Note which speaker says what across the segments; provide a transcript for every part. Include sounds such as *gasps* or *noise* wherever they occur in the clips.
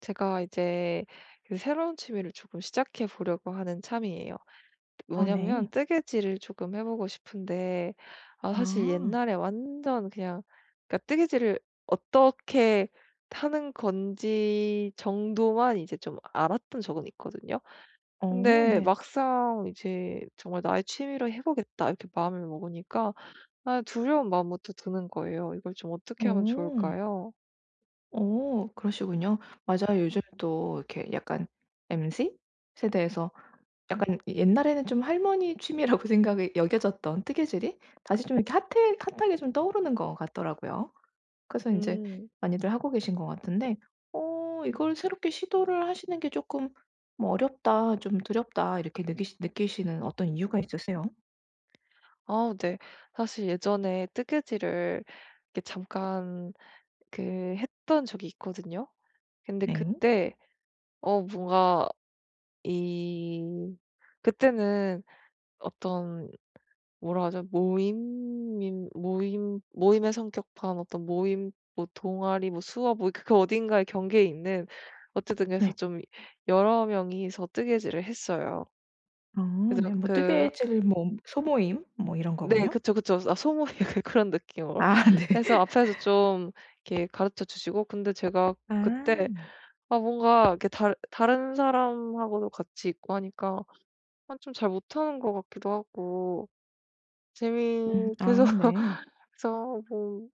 Speaker 1: 제가 이제 그 새로운 취미를 조금 시작해 보려고 하는 참이에요.
Speaker 2: 어
Speaker 1: 뭐냐면
Speaker 2: 네.
Speaker 1: 뜨개질을 조금 해 보고 싶은데 아 사실
Speaker 2: 아.
Speaker 1: 옛날에 완전 그냥 그러니까 뜨개질을 어떻게 하는 건지 정도만 이제 좀 알았던 적은 있거든요.
Speaker 2: 어
Speaker 1: 근데
Speaker 2: 네.
Speaker 1: 막상 이제 정말 '나의 취미로 해 보겠다.' 이렇게 마음을 먹으니까 아 두려운 마음부터 드는 거예요. 이걸 좀 어떻게 하면
Speaker 2: 어.
Speaker 1: 좋을까요?
Speaker 2: 어 그러시군요. 맞아요. 요즘 또 이렇게 약간 m c 세대에서 약간 옛날에는 좀 할머니 취미라고 *laughs* 생각이 여겨졌던 뜨개질이 다시 좀 이렇게 핫해 핫하게 좀 떠오르는 것 같더라고요. 그래서 이제
Speaker 1: 음.
Speaker 2: 많이들 하고 계신 것 같은데 어 이걸 새롭게 시도를 하시는 게 조금 뭐 '어렵다. 좀 두렵다.' 이렇게 느끼시는 어떤 이유가 있으세요?
Speaker 1: 아 네. 사실 예전에 뜨개질을 이렇게 잠깐 그 했던 적이 있거든요. 근데
Speaker 2: 네.
Speaker 1: 그때 어 뭔가 이 그때는 어떤 뭐라 하죠? 모임의 성격 반 어떤 모임 뭐 동아리 뭐 수업 뭐그 어딘가의 경계에 있는 어쨌든 그래서
Speaker 2: 네.
Speaker 1: 좀 여러 명이서 뜨개질을 했어요.
Speaker 2: 어
Speaker 1: 그래서
Speaker 2: 네. 뭐
Speaker 1: 그
Speaker 2: 뜨개질 뭐 소모임 뭐 이런
Speaker 1: 네.
Speaker 2: 거군요.
Speaker 1: 그쵸, 그쵸. 아 소모의 *laughs* 그 그런 느낌으로
Speaker 2: 아 *laughs* 네.
Speaker 1: 해서 앞에서 좀 이렇게 가르쳐 주시고 근데 제가 그때
Speaker 2: 아.
Speaker 1: 아 뭔가 이렇게 다 다른 사람하고도 같이 있고 하니까 아 좀 잘 못하는 것 같기도 하고 재미
Speaker 2: 음.
Speaker 1: 그래서
Speaker 2: 아 네.
Speaker 1: *laughs* 그래서 뭐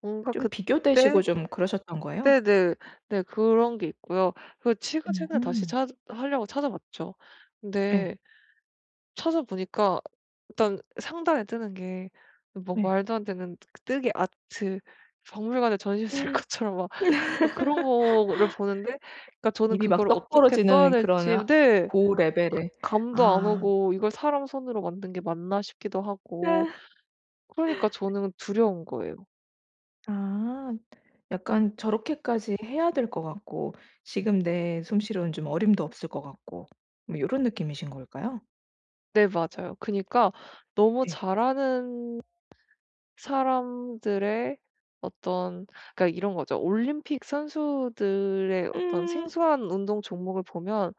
Speaker 1: 뭔가
Speaker 2: 좀 비교되시고
Speaker 1: 그때
Speaker 2: 좀 그러셨던 거예요?
Speaker 1: 때 네. 네 그런 게 있고요. 그 최근에 다시
Speaker 2: 음.
Speaker 1: 찾 하려고 찾아봤죠.
Speaker 2: 예.
Speaker 1: 근데 찾아보니까 일단 상단에 뜨는 게 뭐
Speaker 2: 네.
Speaker 1: 말도 안 되는 그 뜨개 아트 박물관에 전시했을 *laughs*
Speaker 2: *gasps*
Speaker 1: 것처럼 막 막 그런 거를 보는데 그러니까 저는
Speaker 2: 입이
Speaker 1: 그
Speaker 2: 막
Speaker 1: 걸
Speaker 2: 떡
Speaker 1: 어떻게 떠야
Speaker 2: 벌어지는 그런
Speaker 1: 될지
Speaker 2: 하
Speaker 1: 네.
Speaker 2: 고
Speaker 1: 그
Speaker 2: 레벨의.
Speaker 1: 감도 안
Speaker 2: 아.
Speaker 1: 오고 이걸 사람 손으로 만든 게 맞나 싶기도 하고 그러니까 저는 두려운 거예요.
Speaker 2: 아. 약간 저렇게까지 해야 될 것 같고 지금 내 솜씨로는 좀 어림도 없을 것 같고 뭐 요런 느낌이신 걸까요?
Speaker 1: 네 맞아요. 그니까 너무
Speaker 2: 예.
Speaker 1: 잘하는 사람들의 어떤 그러니까 이런 거죠. 올림픽 선수들의 어떤
Speaker 2: 음.
Speaker 1: 생소한 운동 종목을 보면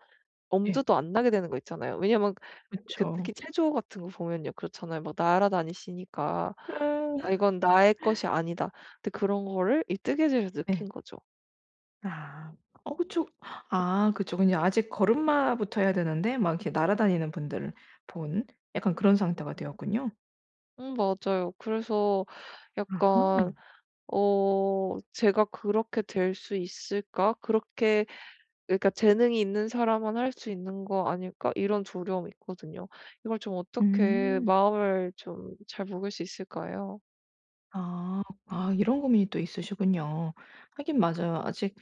Speaker 2: 예.
Speaker 1: 엄두도 안 나게 되는 거 있잖아요. 왜냐면 그
Speaker 2: 그쵸.
Speaker 1: 특히 체조 같은 거 보면요. 그렇잖아요. 막 날아다니시니까
Speaker 2: 음.
Speaker 1: '아 이건 나의 것이 아니다.' 근데 그런 거를 이 뜨개질에서
Speaker 2: 네.
Speaker 1: 느낀 거죠.
Speaker 2: 아. 어 그쵸. 아 그쵸. 그냥 아직 걸음마부터 해야 되는데 막 이렇게 날아다니는 분들을 본 약간 그런 상태가 되었군요.
Speaker 1: 맞아요. 그래서 약간
Speaker 2: 아하.
Speaker 1: '어 제가 그렇게 될 수 있을까? 그렇게' 그러니까 '재능이 있는 사람만 할 수 있는 거 아닐까?' 이런 두려움이 있거든요. 이걸 좀 어떻게
Speaker 2: 음.
Speaker 1: 마음을 좀 잘 먹을 수 있을까요?
Speaker 2: 아. 아 이런 고민이 또 있으시군요. 하긴 맞아요. 아직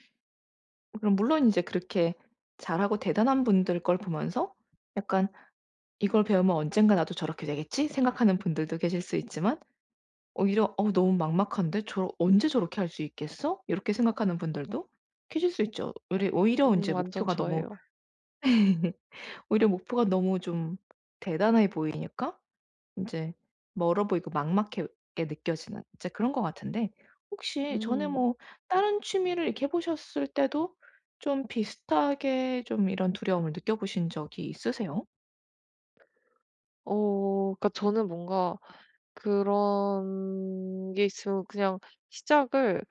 Speaker 2: 그럼 물론 이제 그렇게 잘하고 대단한 분들 걸 보면서 약간 '이걸 배우면 언젠가 나도 저렇게 되겠지.' 생각하는 분들도 계실 수 있지만 오히려 '어 너무 막막한데? 저 언제 저렇게 할 수 있겠어?' 요렇게 생각하는 분들도 계실 수 있죠. 오히려 인제
Speaker 1: 완전
Speaker 2: 목표가 너무.
Speaker 1: 저예요.
Speaker 2: *laughs* 오히려 목표가 너무 좀 대단해 보이니까 인제 멀어 보이고 막막하게 느껴지는 이제 그런 것 같은데 혹시 전에
Speaker 1: 음.
Speaker 2: 뭐 다른 취미를 이렇게 해 보셨을 때도 좀 비슷하게 좀 이런 두려움을 느껴보신 적이 있으세요?
Speaker 1: 어 그러니까 저는 뭔가 그런 게 있으면 그냥 시작을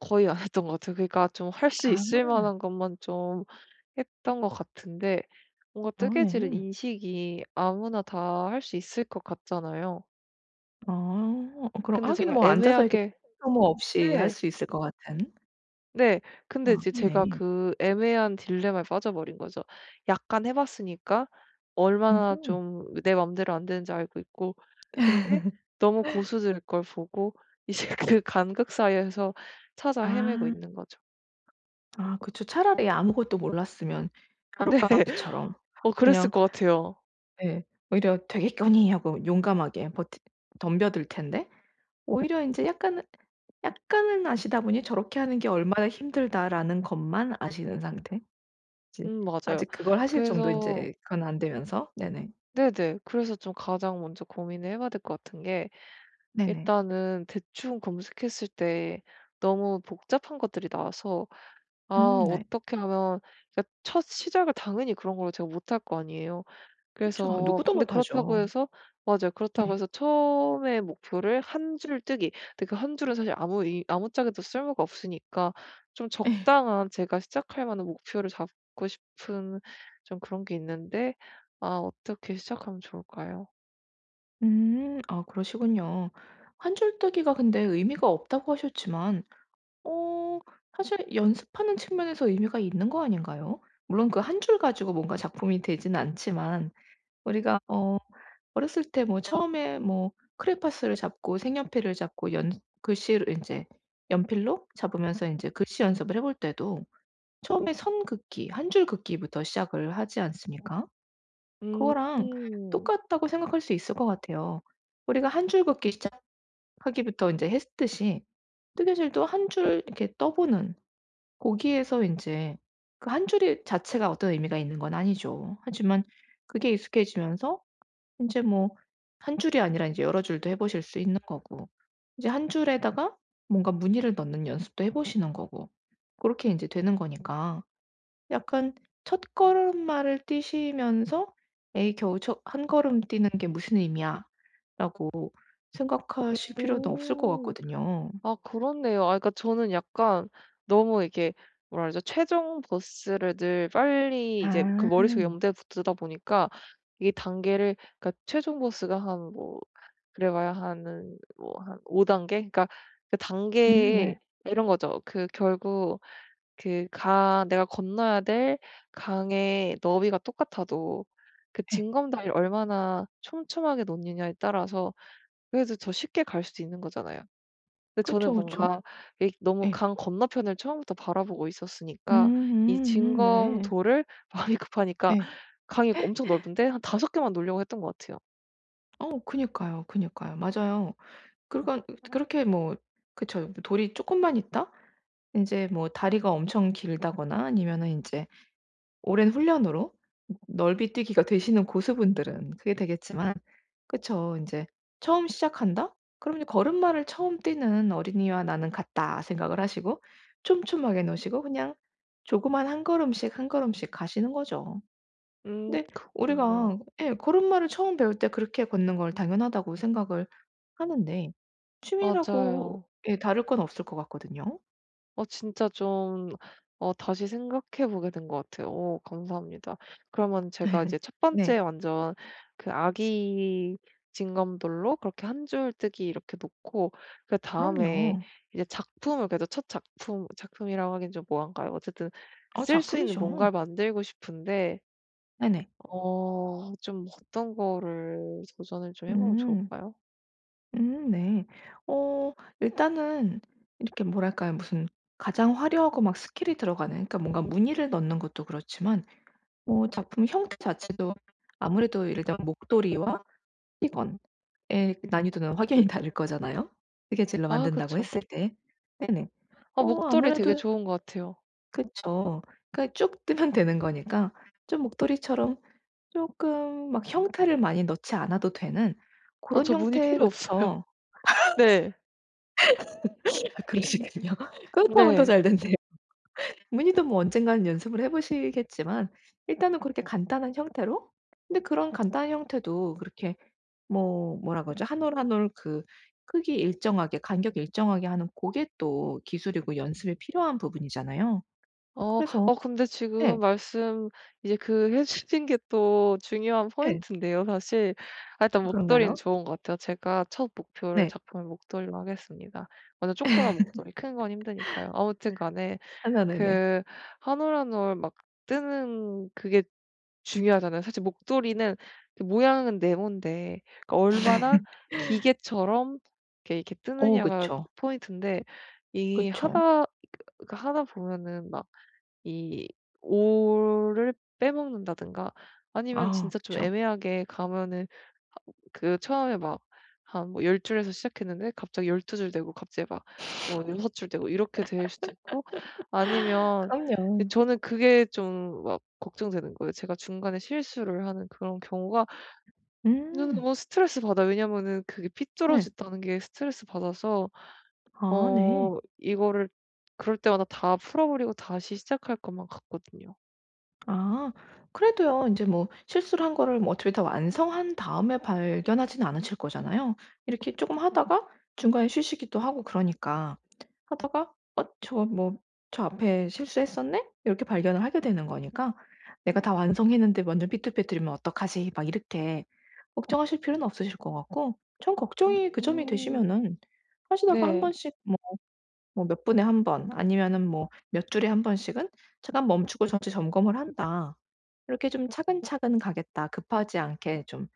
Speaker 1: 거의 안 했던 것 같아요. 그러니까 좀 할 수
Speaker 2: 아.
Speaker 1: 있을 만한 것만 좀 했던 것 같은데 뭔가
Speaker 2: 아
Speaker 1: 뜨개질은
Speaker 2: 네.
Speaker 1: 인식이 아무나 다 할 수 있을 것 같잖아요.
Speaker 2: 아. 그럼
Speaker 1: 근데
Speaker 2: 하긴
Speaker 1: 제가
Speaker 2: 뭐 앉아서 이렇게
Speaker 1: 애매하게
Speaker 2: 소모 없이 할
Speaker 1: 네.
Speaker 2: 수 있을 것 같은.
Speaker 1: 네.
Speaker 2: 아
Speaker 1: 근데 이제 제가
Speaker 2: 네.
Speaker 1: 그 애매한 딜레마에 빠져버린 거죠. 약간 해 봤으니까
Speaker 2: 음.
Speaker 1: 얼마나
Speaker 2: 음.
Speaker 1: 좀 내 맘대로 안 되는지 알고 있고 근데 너무 고수들 걸 보고 이제 *laughs* 그 간극 사이에서 찾아 헤매고
Speaker 2: 아.
Speaker 1: 있는 거죠.
Speaker 2: 아 그쵸. 차라리 아무것도 몰랐으면
Speaker 1: 네.
Speaker 2: 가룻강아지처럼
Speaker 1: *laughs* 어 그랬을
Speaker 2: 그냥
Speaker 1: 것 같아요.
Speaker 2: 예 오히려 '되겠거니.' 하고 용감하게 버티 덤벼들 텐데 오히려 인제 약간은 아시다 보니 '저렇게 하는 게 얼마나 힘들다.'라는 것만 아시는 상태. 이제
Speaker 1: 맞아요.
Speaker 2: 아직 그걸 하실 정도
Speaker 1: 그래서
Speaker 2: 인제 그건 안 되면서. 네네.
Speaker 1: 네네. 그래서 좀 가장 먼저 고민을 해 봐야 될 것 같은 게
Speaker 2: 네네.
Speaker 1: 일단은 대충 검색했을 때 너무 복잡한 것들이 나와서 아
Speaker 2: 네.
Speaker 1: 어떻게 하면 그러니까 첫 시작을 당연히 그런 걸로 제가 못할 거 아니에요.
Speaker 2: 그쵸.
Speaker 1: 그래서
Speaker 2: 누구도
Speaker 1: 근데
Speaker 2: 못하죠.
Speaker 1: 그렇다고 해서 맞아요. 그렇다고
Speaker 2: 네.
Speaker 1: 해서 처음에 목표를 한 줄 뜨기. 근데 그 한 줄은 사실 아무 의 아무짝에도 쓸모가 없으니까 좀 적당한 제가 시작할 만한 목표를 잡고 싶은 좀 그런 게 있는데 아 어떻게 시작하면 좋을까요?
Speaker 2: 음. 아 그러시군요. 한 줄뜨기가 근데 의미가 없다고 하셨지만 어 사실 연습하는 측면에서 의미가 있는 거 아닌가요? 물론 그 한 줄 가지고 뭔가 작품이 되진 않지만 우리가 어 어렸을 때 뭐 처음에 뭐 크레파스를 잡고 색연필을 잡고 연 글씨를 제 연필로 잡으면서 이제 글씨 연습을 해볼 때도 처음에 선 긋기 한 줄 긋기부터 시작을 하지 않습니까?
Speaker 1: 음.
Speaker 2: 그거랑 똑같다고 생각할 수 있을 것 같아요. 우리가 한 줄 긋기 시작하기부터 인제 했듯이 뜨개질도 한 줄 이렇게 떠보는 거기에서 인제 그 한 줄이 자체가 어떤 의미가 있는 건 아니죠. 하지만 그게 익숙해지면서 인제 뭐 한 줄이 아니라 인제 여러 줄도 해 보실 수 있는 거고 이제 한 줄에다가 뭔가 무늬를 넣는 연습도 해 보시는 거고 고렇게 인제 되는 거니까 약간 첫걸음마를 뛰시면서 '에이 겨우 첫 한 걸음 뛰는 게 무슨 의미야.'라고 생각하실 필요는 없을 것
Speaker 1: 음.
Speaker 2: 같거든요.
Speaker 1: 아 그렇네요. 아 그러니까 저는 약간 너무 이게 뭐라 그러죠? 최종 보스를 늘 빨리 이제 그
Speaker 2: 아
Speaker 1: 머릿속에 염두에 붙이다 보니까 이 단계를 그러니까 최종 보스가 한 뭐 그래봐야 하는 뭐 한 5 단계? 그러니까 그 단계에
Speaker 2: 네.
Speaker 1: 이런 거죠. 그 결국 그 강 내가 건너야 될 강의 너비가 똑같아도 그
Speaker 2: 예.
Speaker 1: 징검다리를 얼마나 촘촘하게 놓느냐에 따라서 그래도 더 쉽게 갈 수도 있는 거잖아요. 근데 저는
Speaker 2: 그쵸, 그쵸.
Speaker 1: 뭔가 이게 너무
Speaker 2: 예.
Speaker 1: 강 건너편을 처음부터 바라보고 있었으니까 이
Speaker 2: 네.
Speaker 1: 진검도를 마음이 *laughs* 급하니까
Speaker 2: 예.
Speaker 1: 강이 엄청 넓은데 한 5 개만 놓으려고 했던 것 같아요.
Speaker 2: 어 그니까요, 그니까요. 맞아요. 그러건 그렇게 뭐. 그쵸. 돌이 쪼끔만 있다? 인제 뭐 다리가 엄청 길다거나 아니면은 인제 오랜 훈련으로 넓이 뛰기가 되시는 고수분들은 그게 되겠지만 그쵸. 인제 '처음 시작한다?' 그 이제 걸음마를 처음 뛰는 어린이와 나는 같다 생각을 하시고 촘촘하게 놓으시고 그냥 조그만 한 걸음씩, 한 걸음씩 가시는 거죠. 근데
Speaker 1: 그렇군요.
Speaker 2: 우리가 예 걸음마를 처음 배울 때 그렇게 걷는 걸 당연하다고 생각을 하는데 취미라고
Speaker 1: 맞아요.
Speaker 2: 예 다를 건 없을 것 같거든요.
Speaker 1: 어 진짜 좀 어 다시 생각해 보게 된 것 같아요. 오 감사합니다. 그러면 제가 이제 첫
Speaker 2: 네.
Speaker 1: 번째
Speaker 2: *laughs*
Speaker 1: 완전 그 아기 진검돌로 그렇게 한 줄 뜨기 이렇게 놓고 그다음에
Speaker 2: 그럼요.
Speaker 1: 이제 작품을 그래도 첫 작품 작품이라고 하긴 좀 뭐한가요? 어쨌든
Speaker 2: 어
Speaker 1: 쓸 수 있는
Speaker 2: 작품이죠.
Speaker 1: 뭔가를 만들고 싶은데
Speaker 2: 네네.
Speaker 1: 어 좀 어떤 거를 도전을 좀 해 보면
Speaker 2: 음.
Speaker 1: 좋을까요?
Speaker 2: 네. 어 일단은 이렇게 뭐랄까요? 무슨 가장 화려하고 막 스킬이 들어가는 그러니까 뭔가 무늬를 넣는 것도 그렇지만 뭐 작품 형태 자체도 아무래도 예를 들 목도리와 띠건의 난이도는 확연히 다를 거잖아요, 뜨개질로
Speaker 1: 아
Speaker 2: 만든다고
Speaker 1: 그쵸.
Speaker 2: 했을 때. 네네.
Speaker 1: 아
Speaker 2: 어
Speaker 1: 목도리 되게
Speaker 2: 아무래도
Speaker 1: 좋은 것 같아요.
Speaker 2: 그쵸. 그러니까 쭉 뜨면 되는 거니까 좀 목도리처럼 조금 막 형태를 많이 넣지 않아도 되는 그
Speaker 1: 어
Speaker 2: 런
Speaker 1: 저 무늬 필요 없어요.
Speaker 2: 형태부터.
Speaker 1: *laughs* 네.
Speaker 2: 아 그러시군요. *laughs* 그렇다면 더
Speaker 1: 네.
Speaker 2: 잘 됐네요. 문의도 뭐 언젠가는 연습을 해 보시겠지만 일단은 그렇게 간단한 형태로 근데 그런 간단한 형태도 그렇게 뭐 뭐라 그러죠? 한올 한올 그 크기 일정하게 간격 일정하게 하는 그게 또 기술이고 연습이 필요한 부분이잖아요.
Speaker 1: 어.
Speaker 2: 그래서.
Speaker 1: 어 근데
Speaker 2: 네.
Speaker 1: 지금 말씀 이제 그 *laughs* 해 주신 게 또 중요한
Speaker 2: 네.
Speaker 1: 포인트인데요 사실. 아 일단 목도리는
Speaker 2: 그런가요?
Speaker 1: 좋은 것 같아요. 제가 첫 목표를
Speaker 2: 네.
Speaker 1: 작품의 목도리로 하겠습니다. 완전 조그만 목도리 큰 건 힘드니까요. 아무튼 간에
Speaker 2: 아 네네네.
Speaker 1: 그 한올 한올 막 뜨는 그게 중요하잖아요. 사실 목도리는 그 모양은 네모인데 그 얼마나 기계처럼 이렇게, 이렇게
Speaker 2: 어
Speaker 1: 뜨느냐가
Speaker 2: 그쵸.
Speaker 1: 포인트인데 이
Speaker 2: 그쵸.
Speaker 1: 하다 그 하다 보면은 막 이 오를 빼먹는다든가 아니면
Speaker 2: 아
Speaker 1: 진짜 좀
Speaker 2: 그쵸.
Speaker 1: 애매하게 가면은 그 처음에 막 한 뭐 10 줄에서 시작했는데 갑자기 12 줄 되고 갑자기 막 뭐 6 줄 되고 이렇게 될 수도 있고 아니면 이
Speaker 2: 그럼요.
Speaker 1: 저는 그게 좀 막 걱정되는 거예요. 제가 중간에 실수를 하는 그런 경우가 저는
Speaker 2: 음.
Speaker 1: 너무 스트레스 받아요. 왜냐면은 그게
Speaker 2: 네.
Speaker 1: 삐뚤어졌다는 게 스트레스 받아서
Speaker 2: 아 네.
Speaker 1: 어 이거를 그럴 때마다 다 풀어버리고 다시 시작할 것만 같거든요.
Speaker 2: 아 그래도요 이제 뭐 실수를 한 거를 뭐 어차피 다 완성한 다음에 발견하지는 않으실 거잖아요. 이렇게 조금 하다가 중간에 쉬시기도 하고 그러니까. 하다가 '어 저 뭐 저 앞에 실수했었네?' 이렇게 발견을 하게 되는 거니까 '내가 다 완성했는데 완전 삐뚤빼뚤이면 어떡하지?' 막 이렇게 걱정하실 필요는 없으실 것 같고 좀 걱정이 그 점이
Speaker 1: 음.
Speaker 2: 되시면은 하시다가 한
Speaker 1: 네.
Speaker 2: 번씩 뭐 몇 분에 한 번 아니면은 뭐 몇 주일에 한 번씩은 '잠깐 멈추고 전체 점검을 한다.' 이렇게 좀 '차근차근 가겠다. 급하지 않게 좀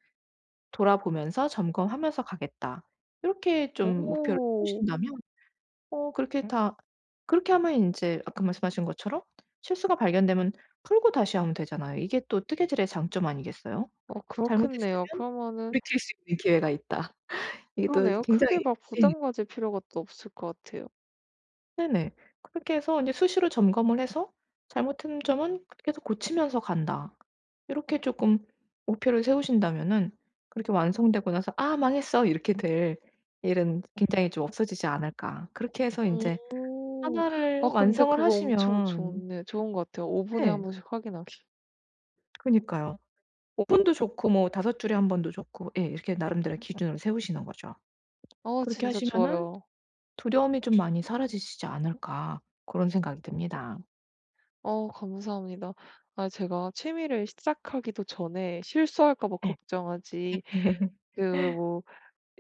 Speaker 2: 돌아보면서 점검하면서 가겠다.' 이렇게 좀 목표를
Speaker 1: 오.
Speaker 2: 세우신다면. 어 그렇게 다 그렇게 하면 이제 아까 말씀하신 것처럼 실수가 발견되면 풀고 다시 하면 되잖아요. 이게 또 뜨개질의 장점 아니겠어요?
Speaker 1: 어 그렇겠네요.
Speaker 2: 잘못했으면
Speaker 1: 그러면은
Speaker 2: 돌이킬 수 있는 기회가 있다. 이게 또
Speaker 1: 그러네요.
Speaker 2: 굉장히.
Speaker 1: 크게 막
Speaker 2: 예.
Speaker 1: 부담 가질 필요가 또 없을 것 같아요.
Speaker 2: 네네. 그렇게 해서 이제 수시로 점검을 해서 '잘못된 점은 계속 고치면서 간다.' 이렇게 조금 목표를 세우신다면은 그렇게 완성되고 나서 '아 망했어.' 이렇게 될 일은 굉장히 좀 없어지지 않을까. 그렇게 해서
Speaker 1: 음.
Speaker 2: 인제 하나를
Speaker 1: 아 근데
Speaker 2: 완성을
Speaker 1: 그거 엄청
Speaker 2: 하시면.
Speaker 1: 좋네 좋은 것 같아요. 5 분에 한
Speaker 2: 네.
Speaker 1: 번씩 확인하기.
Speaker 2: 그니까요. 5분 분도 좋고 뭐5줄에 한 번도 좋고 예 이렇게 나름대로의 기준을 세우시는 거죠.
Speaker 1: 어
Speaker 2: 그렇게
Speaker 1: 진짜
Speaker 2: 하시면은
Speaker 1: 좋아요.
Speaker 2: '두려움이 좀 많이 사라지시지 않을까.' 고런 생각이 듭니다.
Speaker 1: 어 감사합니다. 아 제가 취미를 시작하기도 전에 실수할까 봐
Speaker 2: 예.
Speaker 1: 걱정하지
Speaker 2: *laughs*
Speaker 1: 그 뭐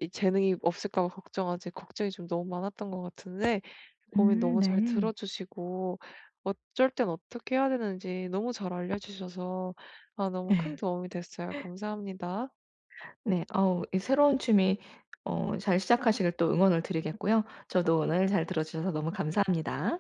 Speaker 1: 이 재능이 없을까 봐 걱정하지 걱정이 좀 너무 많았던 것 같은데 고민 너무 잘
Speaker 2: 네.
Speaker 1: 들어주시고 어쩔 땐 어떻게 해야 되는지 너무 잘 알려주셔서 아, 너무 큰
Speaker 2: 네
Speaker 1: 도움이 됐어요. 감사합니다.
Speaker 2: 네. 어우 이 새로운 취미 어 잘 시작하시길 또 응원을 드리겠고요. 저도 오늘 잘 들어 주셔서 너무 감사합니다.